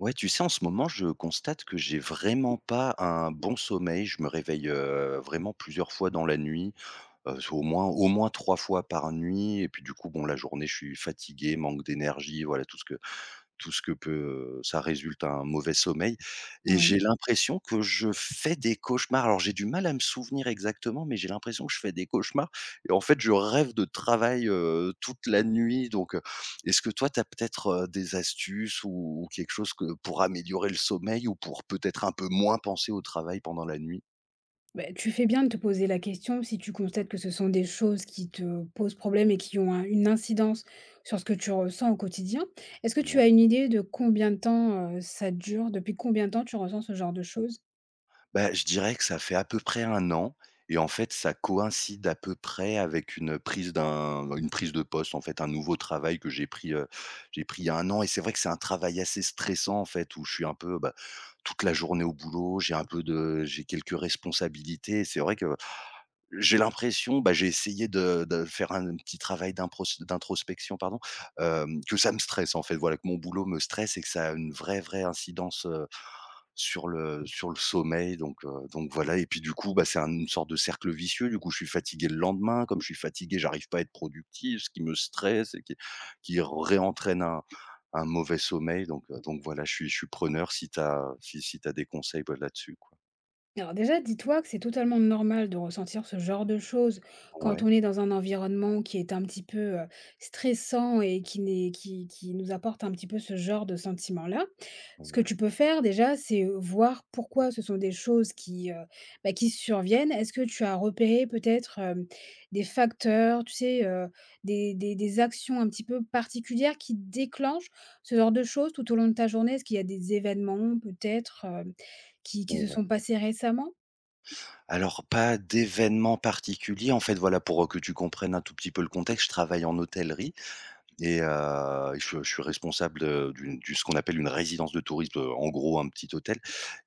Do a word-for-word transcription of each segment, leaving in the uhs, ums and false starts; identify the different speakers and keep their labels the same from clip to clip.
Speaker 1: Ouais, tu sais, en ce moment, je constate que j'ai vraiment pas un bon sommeil. Je me réveille euh, vraiment plusieurs fois dans la nuit, euh, au moins au moins trois fois par nuit. Et puis du coup, bon, la journée, je suis fatigué, manque d'énergie, voilà tout ce que tout ce que peut ça résulte à un mauvais sommeil. Et
Speaker 2: Oui.
Speaker 1: j'ai l'impression que je fais des cauchemars. Alors j'ai du mal à me souvenir exactement, mais j'ai l'impression que je fais des cauchemars et en fait, je rêve de travail, heu, toute la nuit donc heu, est-ce que toi, tu as peut-être, heu, des astuces ou ou quelque chose que pour améliorer le sommeil ou pour peut-être un peu moins penser au travail pendant la nuit?
Speaker 2: Bah, tu fais bien de te poser la question si tu constates que ce sont des choses qui te posent problème et qui ont un- une incidence sur ce que tu ressens au quotidien. Est-ce que tu
Speaker 1: Ouais.
Speaker 2: as une idée de combien de temps euh, ça dure? Depuis combien de temps tu ressens ce genre de choses?
Speaker 1: Bah, je dirais que ça fait à peu près un an et en fait, ça coïncide à peu près avec une, prise d'un bah, une prise de poste, en fait, un nouveau travail que j'ai pris, heu, j'ai pris il y a un an et c'est vrai que c'est un travail assez stressant, en fait, où je suis un peu, bah, toute la journée au boulot, j'ai un peu de j'ai quelques responsabilités et c'est vrai que j'ai l'impression, bah, j'ai essayé de de faire un petit travail d'impros d'introspection, pardon, hem, que ça me stresse, en fait, voilà, que mon boulot me stresse et que ça a une vraie, vraie incidence, sur le sur le sommeil donc heu, donc voilà. Et puis du coup, bah, c'est un une sorte de cercle vicieux. Du coup, je suis fatigué le lendemain. Comme je suis fatigué, j'arrive pas à être productif, ce qui me stresse et qui qui réentraîne un un mauvais sommeil donc heu, donc voilà, je suis je suis preneur si t'as si si tu des conseils, bah, là-dessus, quoi.
Speaker 2: Alors déjà, dis-toi que c'est totalement normal de ressentir ce genre de choses quand
Speaker 1: Ouais,
Speaker 2: on est dans un environnement qui est un petit peu euh, stressant et qui, n'est, qui, qui nous apporte un petit peu ce genre de sentiment-là. Ce que
Speaker 1: ouais,
Speaker 2: tu peux faire déjà, c'est voir pourquoi ce sont des choses qui, euh, bah, qui surviennent. Est-ce que tu as repéré peut-être euh, des facteurs, tu sais, euh, des, des- des actions un petit peu particulières qui déclenchent ce genre de choses tout au long de ta journée. Est-ce qu'il y a des événements peut-être qui qui se
Speaker 1: ouais.
Speaker 2: sont passées récemment?
Speaker 1: Alors pas d'événement particulier. En fait, voilà, pour, heu, que tu comprennes un tout petit peu le contexte, je travaille en hôtellerie. Et heu, je je suis responsable, de d'une du ce qu'on appelle une résidence de tourisme, heu, en gros un petit hôtel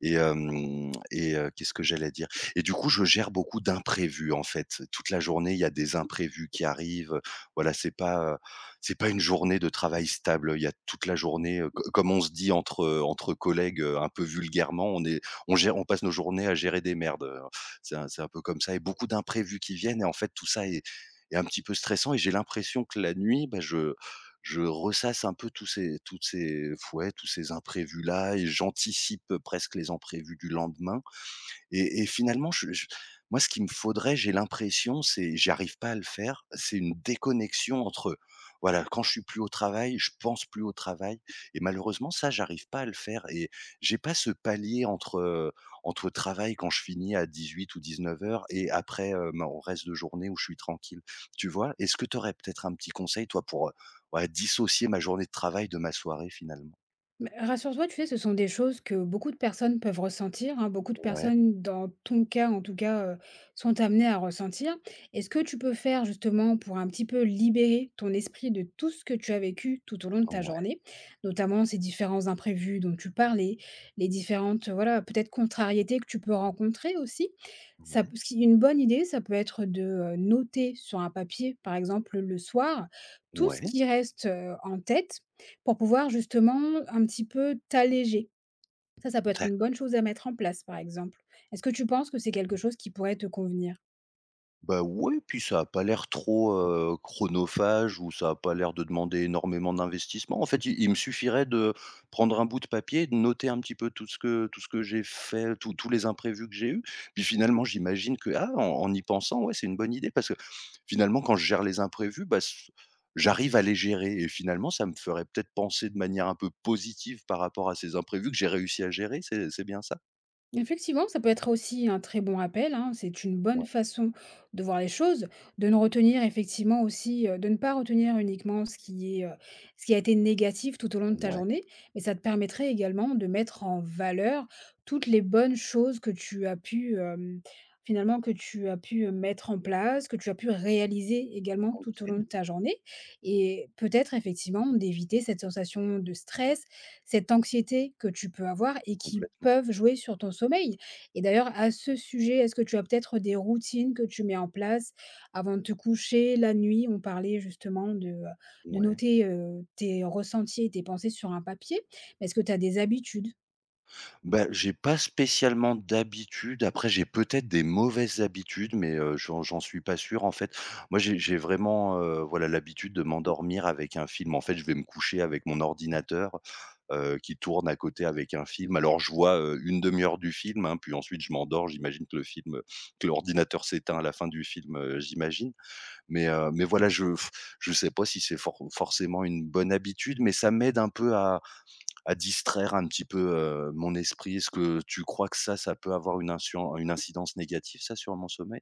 Speaker 1: et hem et heu, qu'est-ce que j'allais dire? Et du coup, je gère beaucoup d'imprévus, en fait. Toute la journée, il y a des imprévus qui arrivent, voilà, c'est pas, heu, c'est pas une journée de travail stable. Il y a toute la journée, heu, co comme on se dit entre, heu, entre collègues, heu, un peu vulgairement, on est on gère on passe nos journées à gérer des merdes, c'est un c'est un peu comme ça et beaucoup d'imprévus qui viennent et en fait, tout ça est est un petit peu stressant et j'ai l'impression que la nuit, bah, je je ressasse un peu tous ces toutes ces f ouais, tous ces imprévus là et j'anticipe presque les imprévus du lendemain. Et et finalement, je je moi, ce qu'il me faudrait, j'ai l'impression, c'est j'arrive pas à le faire, c'est une déconnexion entre, voilà, quand je suis plus au travail, je pense plus au travail et malheureusement ça, j'arrive pas à le faire et j'ai pas ce palier entre, heu, entre travail quand je finis à dix-huit ou dix-neuf heures et après, heu, mon reste de journée où je suis tranquille, tu vois? Est-ce que tu aurais peut-être un petit conseil, toi, pour, heu, ouais, dissocier ma journée de travail de ma soirée, finalement?
Speaker 2: Mais rassure-toi, tu sais, ce sont des choses que beaucoup de personnes peuvent ressentir, hein. Beaucoup de
Speaker 1: Ouais,
Speaker 2: personnes, dans ton cas, en tout cas, heu, sont amenées à ressentir. Est ce que tu peux faire, justement, pour un petit peu libérer ton esprit de tout ce que tu as vécu tout au long de ta
Speaker 1: ouais,
Speaker 2: journée, notamment ces différents imprévus dont tu parlais, les différentes, euh, voilà, peut-être contrariétés que tu peux rencontrer aussi. Ça
Speaker 1: ouais,
Speaker 2: p Ce qui une bonne idée, ça peut être de, heu, noter sur un papier, par exemple, le soir, tout ce
Speaker 1: ouais.
Speaker 2: qui reste, heu, en tête. Pour pouvoir justement un petit peu t'alléger. Ça, ça peut être une bonne chose à mettre en place, par exemple. Est-ce que tu penses que c'est quelque chose qui pourrait te convenir?
Speaker 1: Bah, ouais, puis ça a pas l'air trop, heu, chronophage ou ça a pas l'air de demander énormément d'investissement. En fait, il il me suffirait de prendre un bout de papier, de noter un petit peu tout ce que tout ce que j'ai fait, tous tous les imprévus que j'ai eus. Puis finalement, j'imagine que, ah, en en y pensant, ouais, c'est une bonne idée parce que finalement, quand je gère les imprévus, bah, s j'arrive à les gérer et finalement, ça me ferait peut-être penser de manière un peu positive par rapport à ces imprévus que j'ai réussi à gérer, c'est c'est bien ça?
Speaker 2: Effectivement, ça peut être aussi un très bon rappel, hein, c'est une bonne
Speaker 1: Ouais,
Speaker 2: façon de voir les choses, de ne retenir effectivement aussi, heu, de ne pas retenir uniquement ce qui est, heu, ce qui a été négatif tout au long de ta
Speaker 1: ouais,
Speaker 2: journée, mais ça te permettrait également de mettre en valeur toutes les bonnes choses que tu as pu, hem, finalement que tu as pu mettre en place, que tu as pu réaliser également tout au long de
Speaker 1: OK,
Speaker 2: ta journée, et peut-être effectivement d'éviter cette sensation de stress, cette anxiété que tu peux avoir et qui
Speaker 1: complètement.
Speaker 2: peuvent jouer sur ton sommeil. Et d'ailleurs, à ce sujet, est-ce que tu as peut-être des routines que tu mets en place avant de te coucher, la nuit? On parlait justement de, heu, de
Speaker 1: Ouais.
Speaker 2: noter, heu, tes ressentis et tes pensées sur un papier. Mais est-ce que tu as des habitudes?
Speaker 1: Bah, j'ai pas spécialement d'habitude. Après, j'ai peut-être des mauvaises habitudes, mais heu, j'en j'en suis pas sûr, en fait. Moi, j'ai j'ai vraiment, heu, voilà, l'habitude de m'endormir avec un film. En fait, je vais me coucher avec mon ordinateur, heu, qui tourne à côté avec un film. Alors, je vois, heu, une demi heure du film, hein, puis ensuite je m'endors. J'imagine que le film, que l'ordinateur s'éteint à la fin du film, heu, j'imagine. Mais heu, mais voilà, je je sais pas si c'est for forcément une bonne habitude, mais ça m'aide un peu à à distraire un petit peu, heu, mon esprit? Est-ce que tu crois que ça, ça peut avoir une incien une incidence négative ça sur mon sommeil?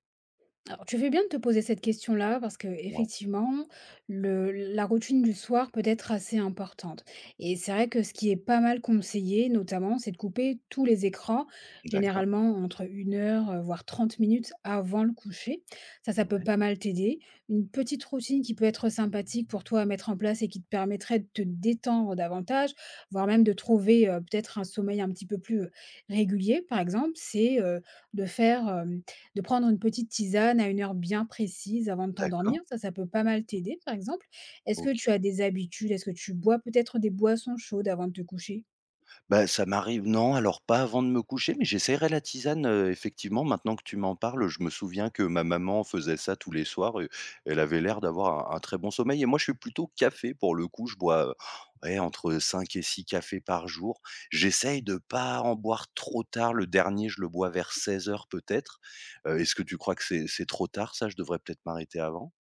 Speaker 2: Alors, tu fais bien de te poser cette question-là parce que
Speaker 1: Ouais,
Speaker 2: effectivement, le la routine du soir peut être assez importante et c'est vrai que ce qui est pas mal conseillé notamment, c'est de couper tous les écrans,
Speaker 1: d'accord.
Speaker 2: généralement entre une heure, heu, voire trente minutes avant le coucher. Ça, ça peut
Speaker 1: Ouais,
Speaker 2: pas mal t'aider. Une petite routine qui peut être sympathique pour toi à mettre en place et qui te permettrait de te détendre davantage, voire même de trouver, heu, peut-être un sommeil un petit peu plus, heu, régulier par exemple, c'est, heu, de faire, de prendre une petite tisane à une heure bien précise avant de
Speaker 1: d'accord,
Speaker 2: t'endormir, ça, ça peut pas mal t'aider, par exemple. Est-ce que
Speaker 1: OK.
Speaker 2: tu as des habitudes? Est-ce que tu bois peut-être des boissons chaudes avant de te coucher?
Speaker 1: Bah, ça m'arrive non, alors pas avant de me coucher, mais j'essaierai la tisane, heu, effectivement, maintenant que tu m'en parles, je me souviens que ma maman faisait ça tous les soirs et elle avait l'air d'avoir un un très bon sommeil et moi, je suis plutôt café pour le coup. Je bois, heu, ouais, entre cinq et six cafés par jour. J'essaye de pas en boire trop tard. Le dernier, je le bois vers seize heures peut-être. Heu, est-ce que tu crois que c'est c'est trop tard ça? Je devrais peut-être m'arrêter avant?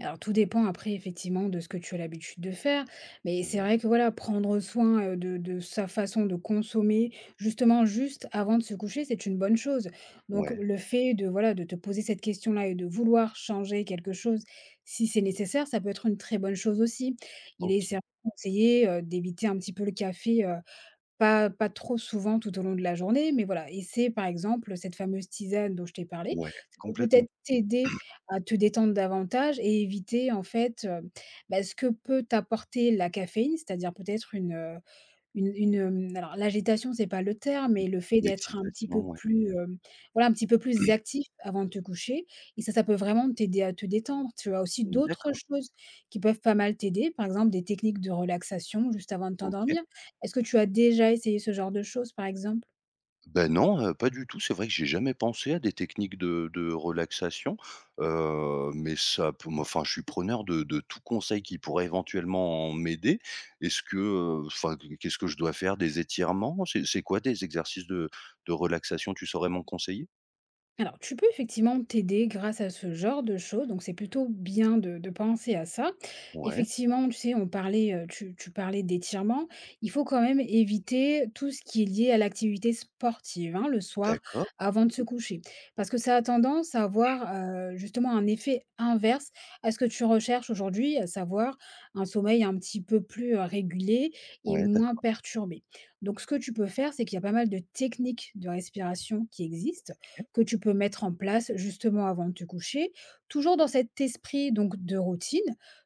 Speaker 2: Alors tout dépend après effectivement de ce que tu as l'habitude de faire, mais c'est
Speaker 1: Ouais,
Speaker 2: vrai que voilà, prendre soin, heu, de de sa façon de consommer, justement juste avant de se coucher, c'est une bonne chose. Donc
Speaker 1: ouais,
Speaker 2: le fait de voilà, de te poser cette question-là et de vouloir changer quelque chose, si c'est nécessaire, ça peut être une très bonne chose aussi. Il est
Speaker 1: OK,
Speaker 2: certain conseillé, heu, d'éviter un petit peu le café, pas pas trop souvent tout au long de la journée, mais voilà et c'est par exemple cette fameuse tisane dont je t'ai parlé,
Speaker 1: ouais,
Speaker 2: ça peut
Speaker 1: complètement.
Speaker 2: peut-être t'aider à te détendre davantage et éviter en fait, heu, bah, ce que peut t'apporter la caféine, c'est-à-dire peut-être une, heu, une une, hem, alors l'agitation, c'est pas le terme,
Speaker 1: Mmh.
Speaker 2: mais le fait d'être un petit
Speaker 1: L'excitation,
Speaker 2: peu
Speaker 1: ouais.
Speaker 2: plus, hem, voilà, un petit peu plus actif avant de te coucher et ça, ça peut vraiment t'aider à te détendre. Tu as aussi d'autres
Speaker 1: D'accord,
Speaker 2: choses qui peuvent pas mal t'aider, par exemple des techniques de relaxation juste avant de
Speaker 1: OK.
Speaker 2: t'endormir. Est-ce que tu as déjà essayé ce genre de choses, par exemple?
Speaker 1: Ben non, heu, pas du tout. C'est vrai que j'ai jamais pensé à des techniques de de relaxation, heu, mais ça peut moi, enfin, je suis preneur de de tout conseil qui pourrait éventuellement en m'aider. Est-ce que, heu, enfin, qu'est-ce que je dois faire? Des étirements? C'est c'est quoi des exercices de de relaxation? Tu saurais m'en conseiller?
Speaker 2: Alors, tu peux effectivement t'aider grâce à ce genre de choses, donc c'est plutôt bien de, de penser à ça.
Speaker 1: Ouais,
Speaker 2: Effectivement, tu sais, on parlait, euh, tu, tu parlais d'étirement. Il faut quand même éviter tout ce qui est lié à l'activité sportive hein, le soir
Speaker 1: d'accord.
Speaker 2: avant de se coucher, parce que ça a tendance à avoir euh, justement un effet inverse à ce que tu recherches aujourd'hui, à savoir un sommeil un petit peu plus euh, régulé et
Speaker 1: Ouais,
Speaker 2: moins
Speaker 1: d'accord,
Speaker 2: perturbé. Donc, ce que tu peux faire, c'est qu'il y a pas mal de techniques de respiration qui existent
Speaker 1: OK.
Speaker 2: que tu peux mettre en place justement avant de te coucher. Toujours dans cet esprit donc de routine,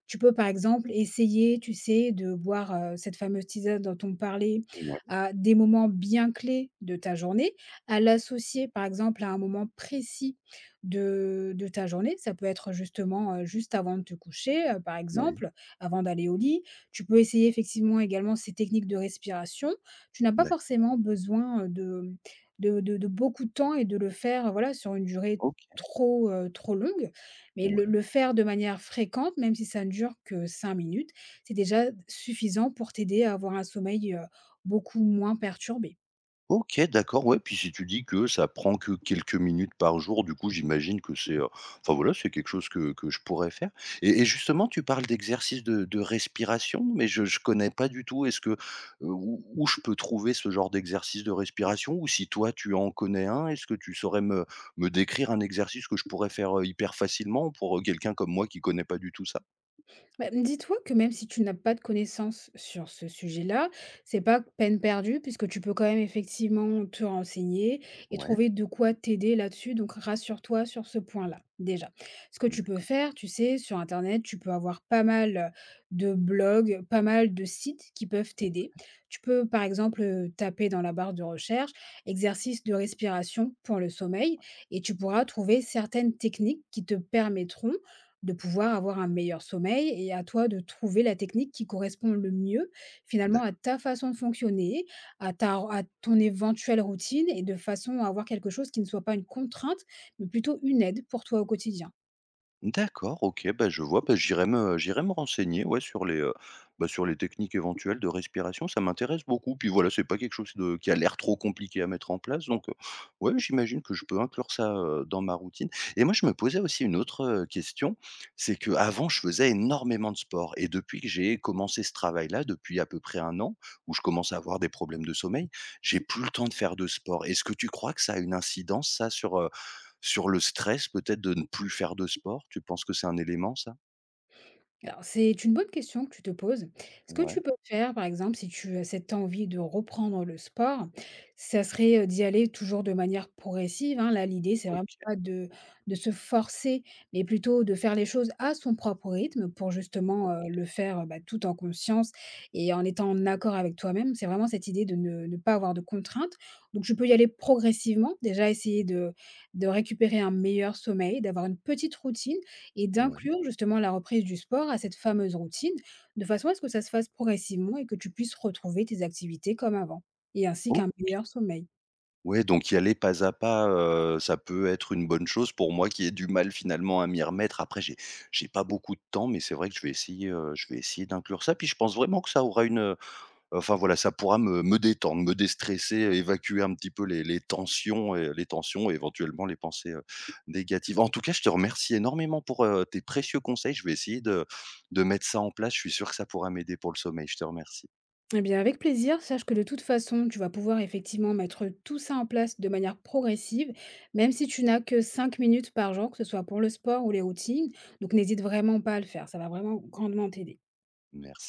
Speaker 2: tu peux par exemple essayer, tu sais, de boire euh, cette fameuse tisane dont on parlait
Speaker 1: Ouais,
Speaker 2: à des moments bien clés de ta journée, à l'associer par exemple à un moment précis de, de ta journée. Ça peut être justement euh, juste avant de te coucher, euh, par
Speaker 1: ouais,
Speaker 2: exemple, avant d'aller au lit. Tu peux essayer effectivement également ces techniques de respiration. Tu n'as pas
Speaker 1: d'accord,
Speaker 2: forcément besoin euh, de de de de beaucoup de temps et de le faire, voilà, sur une durée
Speaker 1: OK.
Speaker 2: trop, heu, trop longue. Mais le
Speaker 1: Ouais.
Speaker 2: le faire de manière fréquente, même si ça ne dure que cinq minutes, c'est déjà suffisant pour t'aider à avoir un sommeil, heu, beaucoup moins perturbé.
Speaker 1: OK, d'accord, ouais, puis si tu dis que ça prend que quelques minutes par jour, du coup, j'imagine que c'est, heu, enfin voilà, c'est quelque chose que que je pourrais faire et et justement, tu parles d'exercice de de respiration, mais je je connais pas du tout. Est-ce que, heu, où où je peux trouver ce genre d'exercice de respiration? Ou si toi, tu en connais un, est-ce que tu saurais me me décrire un exercice que je pourrais faire, heu, hyper facilement pour, heu, quelqu'un comme moi qui connaît pas du tout ça?
Speaker 2: Bah, dis-toi que même si tu n'as pas de connaissances sur ce sujet-là, c'est pas peine perdue puisque tu peux quand même effectivement te renseigner et
Speaker 1: Ouais,
Speaker 2: trouver de quoi t'aider là-dessus. Donc rassure-toi sur ce point-là déjà. Ce que tu peux
Speaker 1: d'accord,
Speaker 2: faire, tu sais, sur Internet, tu peux avoir pas mal de blogs, pas mal de sites qui peuvent
Speaker 1: ouais,
Speaker 2: t'aider.
Speaker 1: d'accord.
Speaker 2: Tu peux par exemple euh, taper dans la barre de recherche exercice de respiration pour le sommeil et tu pourras trouver certaines techniques qui te permettront de pouvoir avoir un meilleur sommeil et à toi de trouver la technique qui correspond le mieux finalement à ta façon de fonctionner, à ta à ton éventuelle routine et de façon à avoir quelque chose qui ne soit pas une contrainte, mais plutôt une aide pour toi au quotidien.
Speaker 1: D'accord, OK, bah, je vois, bah, j'irai me j'irai me renseigner, ouais, sur les, heu, bah, sur les techniques éventuelles de respiration, ça m'intéresse beaucoup. Puis voilà, c'est pas quelque chose de qui a l'air trop compliqué à mettre en place donc, heu, ouais, j'imagine que je peux inclure ça, heu, dans ma routine. Et moi, je me posais aussi une autre, heu, question, c'est que avant, je faisais énormément de sport et depuis que j'ai commencé ce travail-là, depuis à peu près un an, où je commence à avoir des problèmes de sommeil, j'ai plus le temps de faire de sport. Est-ce que tu crois que ça a une incidence, ça, sur, heu sur le stress, peut-être de ne plus faire de sport, tu penses que c'est un élément ça?
Speaker 2: Alors, c'est une bonne question que tu te poses. Ce que
Speaker 1: Ouais,
Speaker 2: tu peux faire, par exemple, si tu as cette envie de reprendre le sport, ça serait euh, d'y aller toujours de manière progressive, hein. Là, l'idée, c'est vraiment
Speaker 1: OK,
Speaker 2: pas de, de se forcer, mais plutôt de faire les choses à son propre rythme pour justement euh,
Speaker 1: OK,
Speaker 2: le faire euh, bah, tout en conscience et en étant en accord avec toi-même. C'est vraiment cette idée de ne, ne pas avoir de contraintes. Donc, je peux y aller progressivement. Déjà, essayer de, de récupérer un meilleur sommeil, d'avoir une petite routine et
Speaker 1: ouais.
Speaker 2: d'inclure justement la reprise du sport à cette fameuse routine, de façon à ce que ça se fasse progressivement et que tu puisses retrouver tes activités comme avant, et ainsi
Speaker 1: O
Speaker 2: qu'un meilleur sommeil.
Speaker 1: ouais, donc y aller pas à pas, heu, ça peut être une bonne chose pour moi qui ai du mal finalement à m'y remettre. Après j'ai j'ai pas beaucoup de temps, mais c'est vrai que je vais essayer, heu, je vais essayer d'inclure ça. Puis je pense vraiment que ça aura une, heu enfin voilà, ça pourra me me détendre, me déstresser, euh, évacuer un petit peu les les tensions et les tensions et éventuellement les pensées, heu, négatives. En tout cas, je te remercie énormément pour, heu, tes précieux conseils. Je vais essayer de de mettre ça en place. Je suis sûr que ça pourra m'aider pour le sommeil. Je te remercie.
Speaker 2: Eh bien, avec plaisir, sache que de toute façon, tu vas pouvoir effectivement mettre tout ça en place de manière progressive, même si tu n'as que cinq minutes par jour, que ce soit pour le sport ou les routines. Donc, n'hésite vraiment pas à le faire, ça va vraiment grandement t'aider.
Speaker 1: Merci.